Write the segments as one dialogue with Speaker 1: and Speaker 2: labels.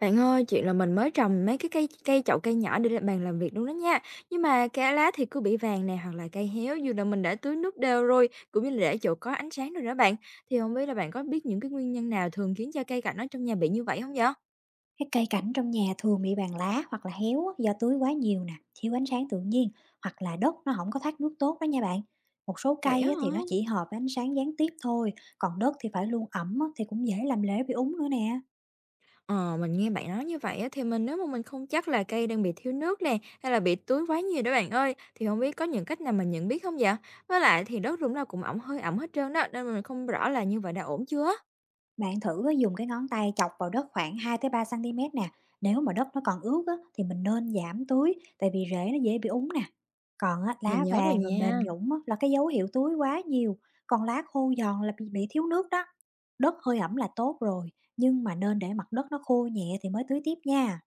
Speaker 1: Bạn ơi, chuyện là mình mới trồng mấy cái cây cây chậu cây nhỏ để lên bàn làm việc luôn đó nha. Nhưng mà cái lá thì cứ bị vàng nè, hoặc là cây héo dù là mình đã tưới nước đều rồi, cũng như là để chỗ có ánh sáng rồi đó bạn. Thì không biết là bạn có biết những cái nguyên nhân nào thường khiến cho cây cảnh ở trong nhà bị như vậy không vậy?
Speaker 2: Cái cây cảnh trong nhà thường bị bàn lá hoặc là héo á, do tưới quá nhiều nè, thiếu ánh sáng tự nhiên hoặc là đất nó không có thoát nước tốt đó nha bạn. Một số
Speaker 1: Vậy
Speaker 2: cây
Speaker 1: á
Speaker 2: á, thì
Speaker 1: hả?
Speaker 2: nó chỉ hợp với ánh sáng gián tiếp thôi, còn đất thì phải luôn ẩm á, thì cũng dễ làm rễ bị úng nữa nè.
Speaker 1: Ờ, mình nghe bạn nói như vậy á, thì mình nếu mà mình không chắc là cây đang bị thiếu nước nè, hay là bị tưới quá nhiều đó bạn ơi, thì không biết có những cách nào mình nhận biết không vậy? Với lại thì đất lúc nào cũng ẩm, hơi ẩm hết trơn đó, nên mình không rõ là như vậy đã ổn chưa?
Speaker 2: Bạn thử á, dùng cái ngón tay chọc vào đất khoảng hai tới 3 cm nè. Nếu mà đất nó còn ướt á, thì mình nên giảm tưới tại vì rễ nó dễ bị úng nè. Còn á,
Speaker 1: Mình
Speaker 2: lá
Speaker 1: nhớ rồi
Speaker 2: vàng rồi mềm
Speaker 1: nha.
Speaker 2: nhũn á, là cái dấu hiệu tưới quá nhiều, còn lá khô giòn là bị thiếu nước đó. Đất hơi ẩm là tốt rồi, nhưng mà nên để mặt đất nó khô nhẹ thì mới tưới tiếp nha.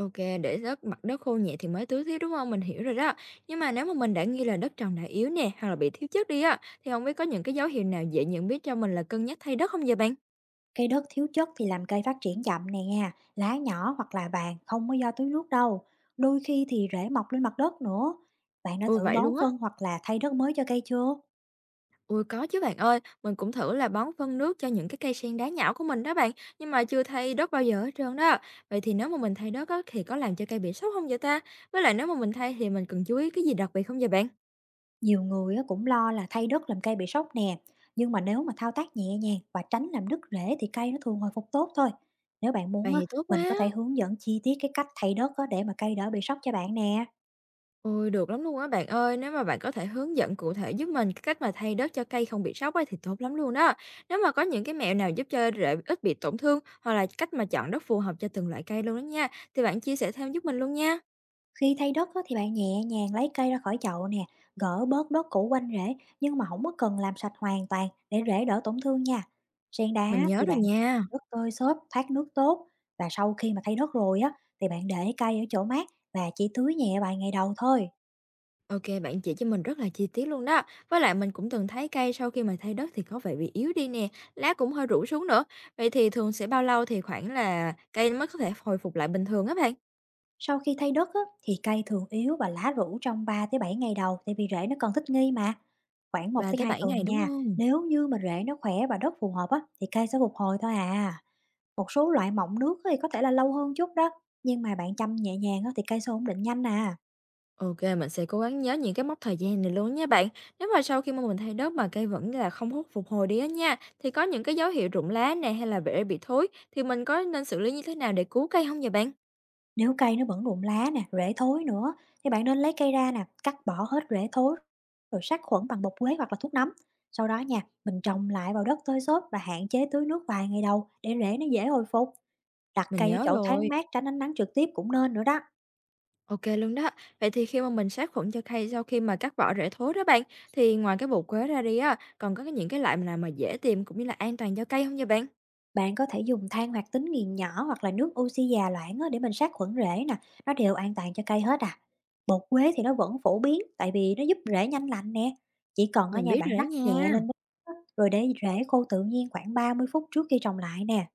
Speaker 1: OK, để đất, mặt đất khô nhẹ thì mới tưới tiếp, đúng không? Mình hiểu rồi đó. Nhưng mà nếu mà mình đã nghi là đất trồng đã yếu nè, hoặc là bị thiếu chất đi á, thì không biết có những cái dấu hiệu nào dễ nhận biết cho mình là cân nhắc thay đất không vậy bạn?
Speaker 2: Cây đất thiếu chất thì làm cây phát triển chậm nè nha, lá nhỏ hoặc là vàng không có do tưới nước đâu. Đôi khi thì rễ mọc lên mặt đất nữa. Bạn đã
Speaker 1: Ôi,
Speaker 2: thử
Speaker 1: vậy
Speaker 2: bón
Speaker 1: luôn á?
Speaker 2: phân hoặc là thay đất mới cho cây chưa?
Speaker 1: Ôi, có chứ bạn ơi, mình cũng thử là bón phân nước cho những cái cây sen đá nhão của mình đó bạn, nhưng mà chưa thay đất bao giờ hết trơn đó. Vậy thì nếu mà mình thay đất á, thì có làm cho cây bị sốc không vậy ta? Với lại nếu mà mình thay thì mình cần chú ý cái gì đặc biệt không vậy bạn?
Speaker 2: Nhiều người á cũng lo là thay đất làm cây bị sốc nè, nhưng mà nếu mà thao tác nhẹ nhàng và tránh làm đứt rễ thì cây nó thường hồi phục tốt thôi. Nếu bạn
Speaker 1: Vậy
Speaker 2: muốn á,
Speaker 1: thì tốt
Speaker 2: mình
Speaker 1: quá!
Speaker 2: có thể hướng dẫn chi tiết cái cách thay đất á để mà cây đỡ bị sốc cho bạn nè.
Speaker 1: Ôi, được lắm luôn á bạn ơi, nếu mà bạn có thể hướng dẫn cụ thể giúp mình cái cách mà thay đất cho cây không bị sốc ấy thì tốt lắm luôn đó. Nếu mà có những cái mẹo nào giúp cho rễ ít bị tổn thương, hoặc là cách mà chọn đất phù hợp cho từng loại cây luôn đó nha, thì bạn chia sẻ thêm giúp mình luôn nha.
Speaker 2: Khi thay đất á thì bạn nhẹ nhàng lấy cây ra khỏi chậu nè, gỡ bớt đất cũ quanh rễ nhưng mà không có cần làm sạch hoàn toàn để rễ đỡ tổn thương nha. Sen
Speaker 1: Mình
Speaker 2: đá
Speaker 1: nhớ
Speaker 2: thì
Speaker 1: rồi
Speaker 2: bạn
Speaker 1: nha.
Speaker 2: đất tơi xốp, thoát nước tốt và sau khi mà thay đất rồi á thì bạn để cây ở chỗ mát và chỉ tưới nhẹ vài ngày đầu thôi.
Speaker 1: Ok, bạn chỉ cho mình rất là chi tiết luôn đó. Với lại mình cũng từng thấy cây sau khi mà thay đất thì có vẻ bị yếu đi nè, lá cũng hơi rũ xuống nữa. Vậy thì thường sẽ bao lâu thì khoảng là cây mới có thể hồi phục lại bình thường á bạn?
Speaker 2: Sau khi thay đất á, thì cây thường yếu và lá rũ trong 3-7 ngày đầu tại vì rễ nó còn thích nghi mà. Khoảng một
Speaker 1: ba
Speaker 2: tới
Speaker 1: tới
Speaker 2: 2
Speaker 1: bảy ngày
Speaker 2: tuần
Speaker 1: đúng
Speaker 2: nha,
Speaker 1: không?
Speaker 2: nếu như mà rễ nó khỏe và đất phù hợp á, thì cây sẽ phục hồi thôi à. Một số loại mọng nước á thì có thể là lâu hơn chút đó, nhưng mà bạn chăm nhẹ nhàng á, thì cây sẽ ổn định nhanh à.
Speaker 1: OK, mình sẽ cố gắng nhớ những cái mốc thời gian này luôn nha bạn. Nếu mà sau khi mà mình thay đất mà cây vẫn là không hút, phục hồi đi á nha, thì có những cái dấu hiệu rụng lá này, hay là rễ bị thối, thì mình có nên xử lý như thế nào để cứu cây không vậy bạn?
Speaker 2: Nếu cây nó vẫn rụng lá nè, rễ thối nữa thì bạn nên lấy cây ra nè, cắt bỏ hết rễ thối rồi sát khuẩn bằng bột quế hoặc là thuốc nấm. Sau đó nha, mình trồng lại vào đất tơi xốp và hạn chế tưới nước vài ngày đầu để rễ nó dễ hồi phục. Đặt
Speaker 1: Mình
Speaker 2: cây ở
Speaker 1: nhớ
Speaker 2: chỗ thoáng
Speaker 1: rồi.
Speaker 2: mát tránh ánh nắng trực tiếp cũng nên nữa đó.
Speaker 1: OK luôn đó. Vậy thì khi mà mình sát khuẩn cho cây sau khi mà cắt bỏ rễ thối đó bạn, thì ngoài cái bột quế ra đi á, còn có những cái loại nào mà dễ tìm cũng như là an toàn cho cây không vậy bạn?
Speaker 2: Bạn có thể dùng than hoạt tính nghiền nhỏ hoặc là nước oxy già loãng á để mình sát khuẩn rễ nè, nó đều an toàn cho cây hết à. Bột quế thì nó vẫn phổ biến tại vì nó giúp rễ nhanh lành nè. Chỉ cần ở
Speaker 1: Mình
Speaker 2: nhà
Speaker 1: biết
Speaker 2: bạn
Speaker 1: rồi đó
Speaker 2: rắc nhẹ
Speaker 1: nha.
Speaker 2: lên bếp á, rồi để rễ khô tự nhiên khoảng 30 phút trước khi trồng lại nè.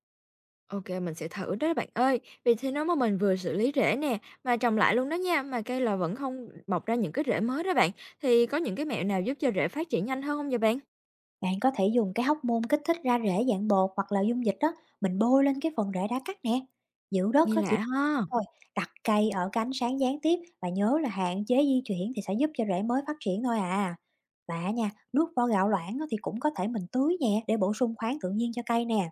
Speaker 1: OK, mình sẽ thử đó bạn ơi. Vì thế nếu mà mình vừa xử lý rễ nè, mà trồng lại luôn đó nha, mà cây là vẫn không mọc ra những cái rễ mới đó bạn, thì có những cái mẹo nào giúp cho rễ phát triển nhanh hơn không vậy bạn?
Speaker 2: Bạn có thể dùng cái hóc môn kích thích ra rễ dạng bột hoặc là dung dịch đó, mình bôi lên cái phần rễ đã cắt nè. Giữ đất
Speaker 1: Nghe
Speaker 2: á, chỉ
Speaker 1: lạ ha.
Speaker 2: thôi, đặt cây ở cánh sáng gián tiếp và nhớ là hạn chế di chuyển thì sẽ giúp cho rễ mới phát triển thôi à. Và nha, nước vo gạo loãng á thì cũng có thể mình tưới nhẹ để bổ sung khoáng tự nhiên cho cây nè.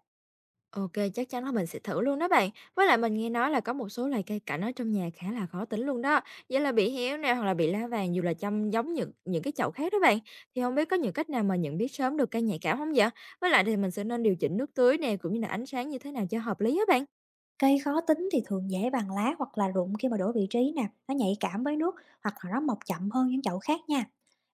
Speaker 1: OK, chắc chắn là mình sẽ thử luôn đó bạn. Với lại mình nghe nói là có một số loài cây cảnh ở trong nhà khá là khó tính luôn đó, như là bị héo nè, hoặc là bị lá vàng dù là chăm giống những cái chậu khác đó bạn. Thì không biết có những cách nào mà nhận biết sớm được cây nhạy cảm không vậy? Với lại thì mình sẽ nên điều chỉnh nước tưới nè, cũng như là ánh sáng như thế nào cho hợp lý á bạn?
Speaker 2: Cây khó tính thì thường dễ bằng lá hoặc là rụng khi mà đổi vị trí nè, nó nhạy cảm với nước hoặc là nó mọc chậm hơn những chậu khác nha.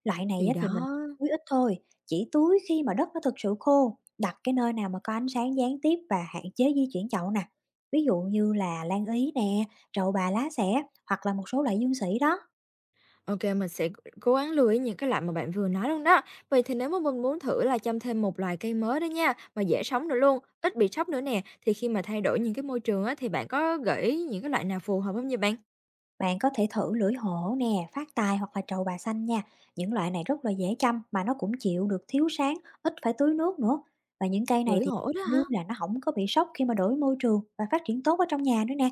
Speaker 2: Loại này
Speaker 1: Thì
Speaker 2: á, thì mình
Speaker 1: đó.
Speaker 2: tưới ít thôi, chỉ tưới khi mà đất nó thực sự khô, đặt cái nơi nào mà có ánh sáng gián tiếp và hạn chế di chuyển chậu nè. Ví dụ như là lan ý nè, trầu bà lá xẻ hoặc là một số loại dương sỉ đó.
Speaker 1: OK, mình sẽ cố gắng lưu ý những cái loại mà bạn vừa nói luôn đó. Vậy thì nếu mà mình muốn thử là chăm thêm một loài cây mới đó nha, mà dễ sống nữa luôn, ít bị sốc nữa nè, thì khi mà thay đổi những cái môi trường á, thì bạn có gợi ý những cái loại nào phù hợp không vậy bạn?
Speaker 2: Bạn có thể thử lưỡi hổ nè, phát tài hoặc là trầu bà xanh nha. Những loại này rất là dễ chăm mà nó cũng chịu được thiếu sáng, ít phải tưới nước nữa. Và những cây này
Speaker 1: Lưỡi
Speaker 2: thì
Speaker 1: hổ đó hả?
Speaker 2: như là nó không có bị sốc khi mà đổi môi trường và phát triển tốt ở trong nhà nữa nè.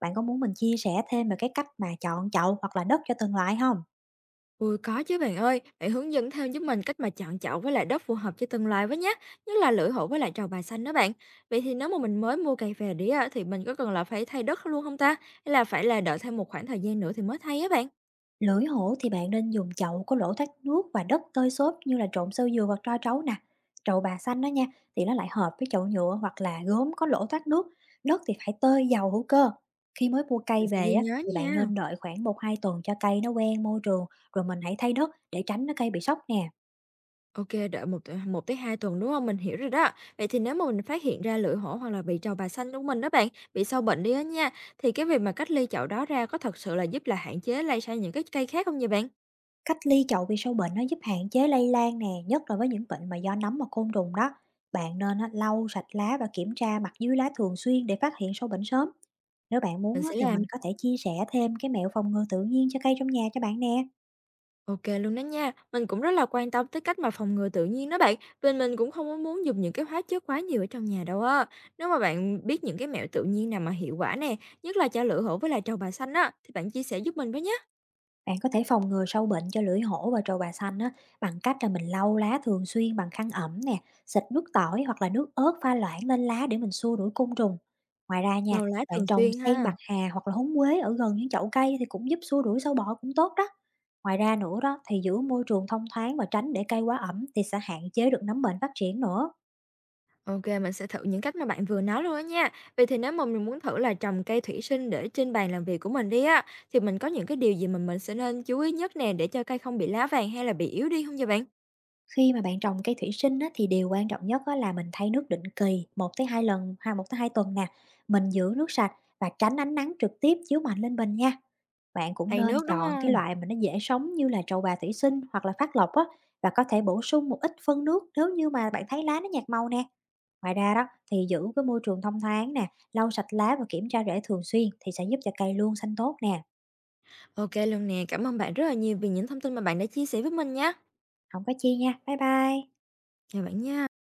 Speaker 2: Bạn có muốn mình chia sẻ thêm về cái cách mà chọn chậu hoặc là đất cho từng loại không?
Speaker 1: Ôi, có chứ bạn ơi, bạn hướng dẫn thêm giúp mình cách mà chọn chậu với lại đất phù hợp cho từng loài với nhé, nhất là lưỡi hổ với lại trầu bà xanh đó bạn. Vậy thì nếu mà mình mới mua cây về đi á, thì mình có cần là phải thay đất luôn không ta? Hay là phải là đợi thêm một khoảng thời gian nữa thì mới thay á bạn?
Speaker 2: Lưỡi hổ thì bạn nên dùng chậu có lỗ thoát nước và đất tơi xốp như là trộn sơ dừa hoặc tro trấu nè. Trậu bà xanh đó nha, thì nó lại hợp với chậu nhựa hoặc là gốm có lỗ thoát nước. Đất thì phải tơi giàu hữu cơ. Khi mới mua cây
Speaker 1: Mình sẽ ghi
Speaker 2: về á,
Speaker 1: nhớ
Speaker 2: thì bạn
Speaker 1: nha.
Speaker 2: nên đợi khoảng 1-2 tuần cho cây nó quen môi trường rồi mình hãy thay đất để tránh nó cây bị sốc nè.
Speaker 1: OK, đợi 1 tới 2 tuần, đúng không? Mình hiểu rồi đó. Vậy thì nếu mà mình phát hiện ra lưỡi hổ hoặc là bị trầu bà xanh của mình đó bạn, bị sâu bệnh đi á nha, thì cái việc mà cách ly chậu đó ra có thật sự là giúp là hạn chế lây sang những cái cây khác không vậy bạn?
Speaker 2: Cách ly chậu vì sâu bệnh nó giúp hạn chế lây lan nè, nhất là với những bệnh mà do nấm và côn trùng đó. Bạn nên á, lau sạch lá và kiểm tra mặt dưới lá thường xuyên để phát hiện sâu bệnh sớm. Nếu bạn
Speaker 1: Mình
Speaker 2: muốn á,
Speaker 1: sẽ
Speaker 2: thì
Speaker 1: làm.
Speaker 2: mình có thể chia sẻ thêm cái mẹo phòng ngừa tự nhiên cho cây trong nhà cho bạn nè.
Speaker 1: OK luôn đó nha. Mình cũng rất là quan tâm tới cách mà phòng ngừa tự nhiên đó bạn, vì mình cũng không có muốn dùng những cái hóa chất quá nhiều ở trong nhà đâu á. Nếu mà bạn biết những cái mẹo tự nhiên nào mà hiệu quả nè, nhất là cho lưỡi hổ với lại trầu bà xanh á, thì bạn chia sẻ giúp mình với nhé.
Speaker 2: Bạn có thể phòng ngừa sâu bệnh cho lưỡi hổ và trầu bà xanh á, bằng cách là mình lau lá thường xuyên bằng khăn ẩm nè, xịt nước tỏi hoặc là nước ớt pha loãng lên lá để mình xua đuổi côn trùng. Ngoài ra nha,
Speaker 1: Lâu lá
Speaker 2: bạn
Speaker 1: thường
Speaker 2: trồng
Speaker 1: xuyên
Speaker 2: sen
Speaker 1: ha.
Speaker 2: bạc hà hoặc là húng quế ở gần những chậu cây thì cũng giúp xua đuổi sâu bọ cũng tốt đó. Ngoài ra nữa đó thì giữ môi trường thông thoáng và tránh để cây quá ẩm thì sẽ hạn chế được nấm bệnh phát triển nữa.
Speaker 1: OK, mình sẽ thử những cách mà bạn vừa nói luôn á nha. Vậy thì nếu mà mình muốn thử là trồng cây thủy sinh để trên bàn làm việc của mình đi á, thì mình có những cái điều gì mà mình sẽ nên chú ý nhất nè, để cho cây không bị lá vàng hay là bị yếu đi không vậy bạn?
Speaker 2: Khi mà bạn trồng cây thủy sinh á, thì điều quan trọng nhất á, là mình thay nước định kỳ 1-2 lần, ha, 1-2 tuần nè. Mình giữ nước sạch và tránh ánh nắng trực tiếp chiếu mạnh lên bình nha. Bạn cũng
Speaker 1: Thay
Speaker 2: nên
Speaker 1: nước đúng
Speaker 2: chọn cái
Speaker 1: không?
Speaker 2: loại mà nó dễ sống như là trầu bà thủy sinh hoặc là phát lộc á và có thể bổ sung một ít phân nước nếu như mà bạn thấy lá nó nhạt màu nè. Ngoài ra đó thì giữ cái môi trường thông thoáng nè, lau sạch lá và kiểm tra rễ thường xuyên thì sẽ giúp cho cây luôn xanh tốt nè.
Speaker 1: OK luôn nè, cảm ơn bạn rất là nhiều vì những thông tin mà bạn đã chia sẻ với mình nha.
Speaker 2: Không có chi nha. Bye bye.
Speaker 1: Chào bạn nha.